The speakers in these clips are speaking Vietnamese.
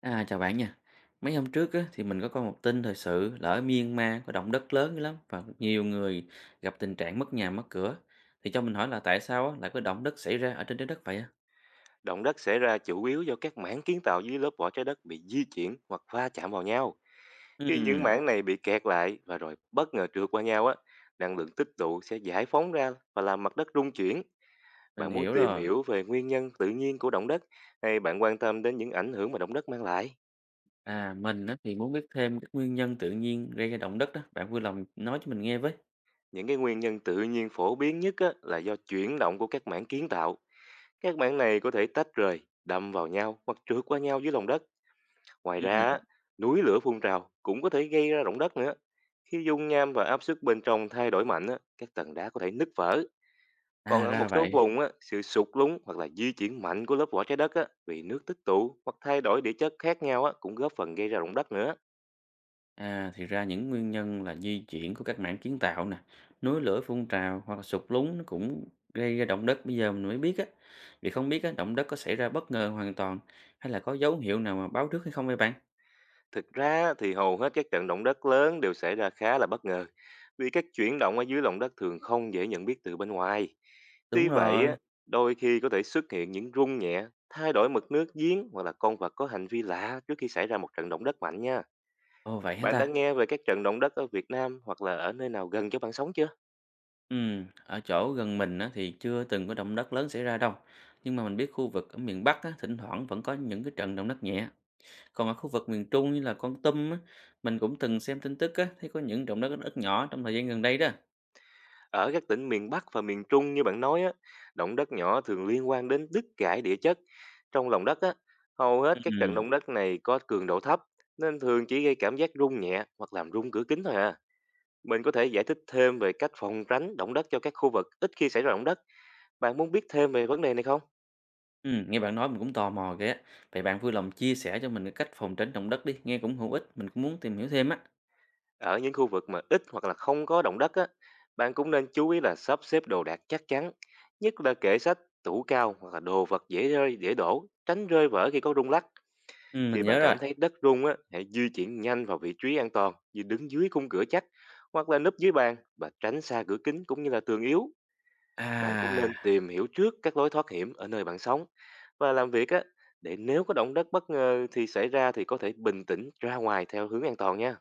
À, chào bạn nha. Mấy hôm trước á, thì mình có coi một tin thời sự là ở Myanmar có động đất lớn dữ lắm và nhiều người gặp tình trạng mất nhà mất cửa. Thì cho mình hỏi là tại sao á, lại có động đất xảy ra ở trên trái đất vậy á? Động đất xảy ra chủ yếu do các mảng kiến tạo dưới lớp vỏ trái đất bị di chuyển hoặc va chạm vào nhau. Khi những Ừm, mảng này bị kẹt lại và rồi bất ngờ trượt qua nhau á, năng lượng tích tụ sẽ giải phóng ra và làm mặt đất rung chuyển. mình Bạn muốn hiểu tìm rồi. hiểu về nguyên nhân tự nhiên của động đất, hay bạn quan tâm đến những ảnh hưởng mà động đất mang lại? À, mình á, thì muốn biết thêm các nguyên nhân tự nhiên gây ra động đất đó. Bạn vui lòng nói cho mình nghe với. Những cái nguyên nhân tự nhiên phổ biến nhất á, là do chuyển động của các mảng kiến tạo. Các mảng này có thể tách rời, đâm vào nhau hoặc trượt qua nhau dưới lòng đất. Ngoài ra, á, Ừm, núi lửa phun trào cũng có thể gây ra động đất nữa. Khi dung nham và áp suất bên trong thay đổi mạnh, á, các tầng đá có thể nứt vỡ. Còn À ở ra một số vậy. vùng, á, sự sụt lún hoặc là di chuyển mạnh của lớp vỏ trái đất á, vì nước tích tụ hoặc thay đổi địa chất khác nhau á, cũng góp phần gây ra động đất nữa. À, thì ra những nguyên nhân là di chuyển của các mảng kiến tạo nè, núi lửa phun trào hoặc là sụt lún nó cũng gây ra động đất bây giờ mình mới biết á. Vì không biết á, động đất có xảy ra bất ngờ hoàn toàn hay là có dấu hiệu nào mà báo trước hay không vậy bạn? Thực ra thì hầu hết các trận động đất lớn đều xảy ra khá là bất ngờ, vì các chuyển động ở dưới lòng đất thường không dễ nhận biết từ bên ngoài. Tuy Đúng vậy, rồi. á, đôi khi có thể xuất hiện những rung nhẹ, thay đổi mực nước giếng hoặc là con vật có hành vi lạ trước khi xảy ra một trận động đất mạnh nha. Ồ vậy hả Bạn đã ta? nghe về các trận động đất ở Việt Nam hoặc là ở nơi nào gần chỗ bạn sống chưa? Ừ, ở chỗ gần mình á, thì chưa từng có động đất lớn xảy ra đâu. Nhưng mà mình biết khu vực ở miền Bắc á, thỉnh thoảng vẫn có những cái trận động đất nhẹ. Còn ở khu vực miền Trung như là Kon Tum á, mình cũng từng xem tin tức á, thấy có những động đất rất nhỏ trong thời gian gần đây đó. Ở các tỉnh miền Bắc và miền Trung như bạn nói á, động đất nhỏ thường liên quan đến đứt gãy địa chất. Trong lòng đất á, hầu hết các trận động Ừ. đất này có cường độ thấp, nên thường chỉ gây cảm giác rung nhẹ hoặc làm rung cửa kính thôi à. Mình có thể giải thích thêm về cách phòng tránh động đất cho các khu vực ít khi xảy ra động đất. Bạn muốn biết thêm về vấn đề này không? Nghe bạn nói mình cũng tò mò kìa. Vậy bạn vui lòng chia sẻ cho mình cái cách phòng tránh động đất đi, nghe cũng hữu ích, mình cũng muốn tìm hiểu thêm á. Ở những khu vực mà ít hoặc là không có động đất á, bạn cũng nên chú ý là sắp xếp đồ đạc chắc chắn, nhất là kệ sách, tủ cao hoặc là đồ vật dễ rơi, dễ đổ, tránh rơi vỡ khi có rung lắc. Mình Khi nhớ bạn rồi. cảm thấy đất rung á, hãy di chuyển nhanh vào vị trí an toàn như đứng dưới khung cửa chắc hoặc là núp dưới bàn, và tránh xa cửa kính cũng như là tường yếu. Bạn cũng À, nên tìm hiểu trước các lối thoát hiểm ở nơi bạn sống và làm việc á, để nếu có động đất bất ngờ thì xảy ra thì có thể bình tĩnh ra ngoài theo hướng an toàn nha.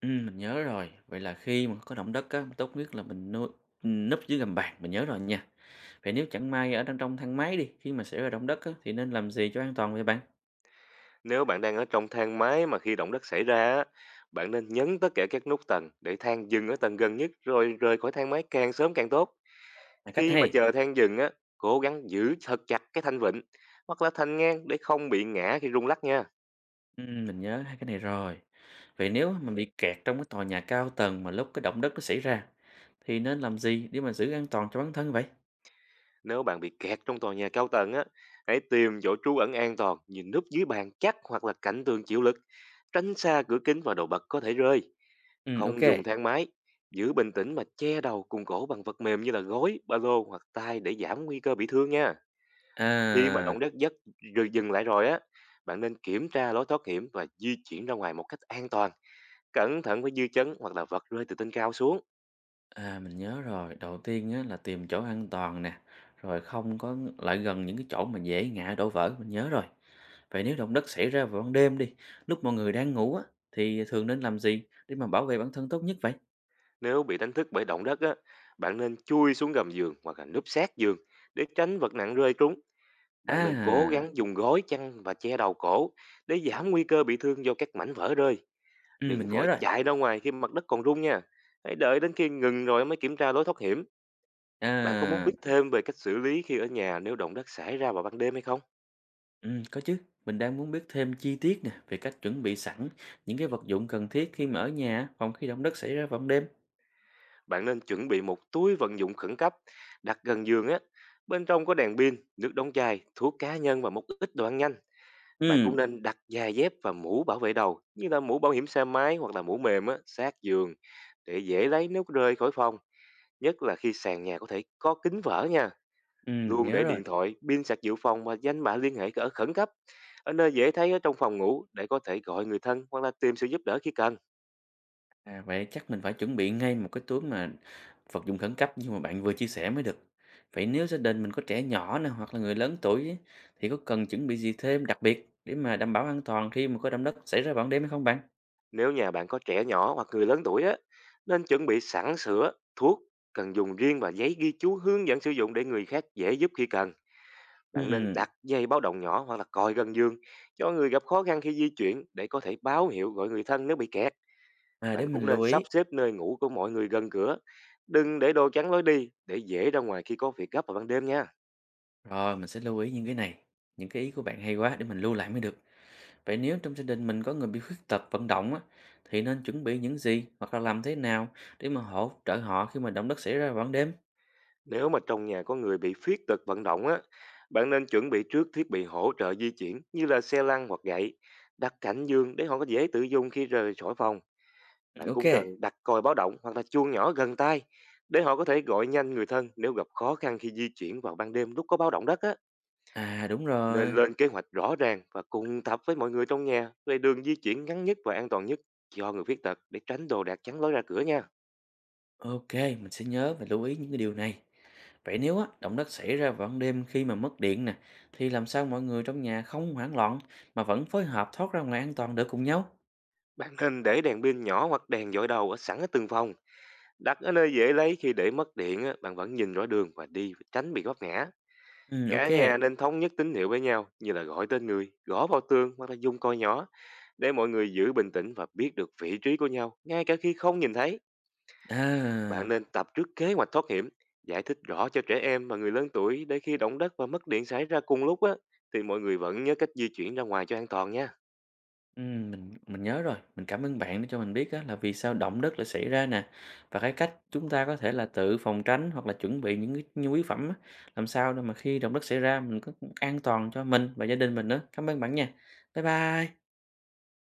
mình nhớ rồi. Vậy là khi mà có động đất á, tốt nhất là mình nuôi núp dưới gầm bàn, mình nhớ rồi nha. Vậy nếu chẳng may ở trong trong thang máy đi, khi mà xảy ra động đất á, thì nên làm gì cho an toàn vậy bạn? Nếu bạn đang ở trong thang máy mà khi động đất xảy ra á, bạn nên nhấn tất cả các nút tầng để thang dừng ở tầng gần nhất rồi rời khỏi thang máy càng sớm càng tốt. Là cách Khi mà hay. chờ than dừng á, cố gắng giữ thật chặt cái thanh vịnh hoặc là thanh ngang để không bị ngã khi rung lắc nha. Mình nhớ hai cái này rồi. Vậy nếu mà bị kẹt trong cái tòa nhà cao tầng mà lúc cái động đất nó xảy ra, thì nên làm gì để mà giữ an toàn cho bản thân vậy? Nếu bạn bị kẹt trong tòa nhà cao tầng á, hãy tìm chỗ trú ẩn an toàn, nhìn núp dưới bàn chắc hoặc là cạnh tường chịu lực, tránh xa cửa kính và đồ bật có thể rơi. Ok. Không dùng thang máy, giữ bình tĩnh mà che đầu cùng cổ bằng vật mềm như là gối, ba lô hoặc tay để giảm nguy cơ bị thương nha. Khi mà À. động đất giấc rồi dừng lại rồi á, bạn nên kiểm tra lối thoát hiểm và di chuyển ra ngoài một cách an toàn. Cẩn thận với dư chấn hoặc là vật rơi từ trên cao xuống. À, mình nhớ rồi, đầu tiên á là tìm chỗ an toàn nè, rồi không có lại gần những cái chỗ mà dễ ngã đổ vỡ, mình nhớ rồi. Vậy nếu động đất xảy ra vào ban đêm đi, lúc mọi người đang ngủ á, thì thường nên làm gì để mà bảo vệ bản thân tốt nhất vậy? Nếu bị đánh thức bởi động đất á, bạn nên chui xuống gầm giường hoặc là núp sát giường để tránh vật nặng rơi trúng. Bạn nên cố À, gắng dùng gối chăn và che đầu cổ để giảm nguy cơ bị thương do các mảnh vỡ rơi. ừ, Đừng mình nhớ vội rồi. chạy ra ngoài khi mặt đất còn rung nha. Hãy đợi đến khi ngừng rồi mới kiểm tra lối thoát hiểm. Bạn có muốn À, biết thêm về cách xử lý khi ở nhà nếu động đất xảy ra vào ban đêm hay không? ừ, có chứ. Mình đang muốn biết thêm chi tiết nè về cách chuẩn bị sẵn những cái vật dụng cần thiết khi mà ở nhà phòng khi động đất xảy ra vào ban đêm. Bạn nên chuẩn bị một túi vận dụng khẩn cấp đặt gần giường á, bên trong có đèn pin, nước đóng chai, thuốc cá nhân và một ít đồ ăn nhanh. Bạn cũng Ừ, nên đặt giày dép và mũ bảo vệ đầu, như là mũ bảo hiểm xe máy hoặc là mũ mềm á, sát giường để dễ lấy nếu rơi khỏi phòng, nhất là khi sàn nhà có thể có kính vỡ nha. ừ, mình Luôn nhớ để rồi. điện thoại, pin sạc dự phòng và danh bạ liên hệ ở khẩn cấp ở nơi dễ thấy ở trong phòng ngủ, để có thể gọi người thân hoặc là tìm sự giúp đỡ khi cần. À, vậy chắc mình phải chuẩn bị ngay một cái túi mà vật dụng khẩn cấp như mà bạn vừa chia sẻ mới được. Vậy nếu gia đình mình có trẻ nhỏ nè hoặc là người lớn tuổi ấy, thì có cần chuẩn bị gì thêm đặc biệt để mà đảm bảo an toàn khi mà có động đất xảy ra vào ban đêm hay không bạn? Nếu nhà bạn có trẻ nhỏ hoặc người lớn tuổi á, nên chuẩn bị sẵn sữa, thuốc cần dùng riêng và giấy ghi chú hướng dẫn sử dụng để người khác dễ giúp khi cần. Bạn nên Ừm, đặt dây báo động nhỏ hoặc là còi gần giường cho người gặp khó khăn khi di chuyển, để có thể báo hiệu gọi người thân nếu bị kẹt. À, để Bạn cũng mình lưu nên sắp ý. xếp nơi ngủ của mọi người gần cửa. Đừng để đồ chắn lối đi, để dễ ra ngoài khi có việc gấp vào ban đêm nha. Rồi mình sẽ lưu ý những cái này. Những cái ý của bạn hay quá để mình lưu lại mới được. Vậy nếu trong gia đình mình có người bị khuyết tật vận động á, thì nên chuẩn bị những gì hoặc là làm thế nào để mà hỗ trợ họ khi mà động đất xảy ra vào ban đêm? Nếu mà trong nhà có người bị khuyết tật vận động á, bạn nên chuẩn bị trước thiết bị hỗ trợ di chuyển như là xe lăn hoặc gậy, đặt cảnh dương để họ có dễ tự dùng khi rời khỏi phòng. Ừ, Bạn ok. cũng cần đặt còi báo động hoặc là chuông nhỏ gần tai để họ có thể gọi nhanh người thân nếu gặp khó khăn khi di chuyển vào ban đêm lúc có báo động đất á. À đúng Nên rồi. lên kế hoạch rõ ràng và cùng tập với mọi người trong nhà về đường di chuyển ngắn nhất và an toàn nhất cho người khuyết tật, để tránh đồ đạc chắn lối ra cửa nha. Ok, mình sẽ nhớ và lưu ý những cái điều này. Vậy nếu á, động đất xảy ra vào ban đêm khi mà mất điện nè, thì làm sao mọi người trong nhà không hoảng loạn mà vẫn phối hợp thoát ra ngoài an toàn được cùng nhau? Bạn nên để đèn pin nhỏ hoặc đèn dội đầu ở sẵn ở từng phòng. Đặt ở nơi dễ lấy, khi để mất điện á, bạn vẫn nhìn rõ đường và đi và tránh bị vấp ngã. Ừ, ok. Cả nhà nên thống nhất tín hiệu với nhau như là gọi tên người, gõ vào tường hoặc là dùng coi nhỏ, để mọi người giữ bình tĩnh và biết được vị trí của nhau ngay cả khi không nhìn thấy. À, Bạn nên tập trước kế hoạch thoát hiểm, giải thích rõ cho trẻ em và người lớn tuổi, để khi động đất và mất điện xảy ra cùng lúc á, thì mọi người vẫn nhớ cách di chuyển ra ngoài cho an toàn nha. ừ, mình nhớ rồi. Mình cảm ơn bạn đã cho mình biết á, là vì sao động đất lại xảy ra nè và cái cách chúng ta có thể là tự phòng tránh hoặc là chuẩn bị những cái nhu yếu phẩm á, làm sao để mà khi động đất xảy ra mình có an toàn cho mình và gia đình mình nữa. Cảm ơn bạn nha. Bye bye.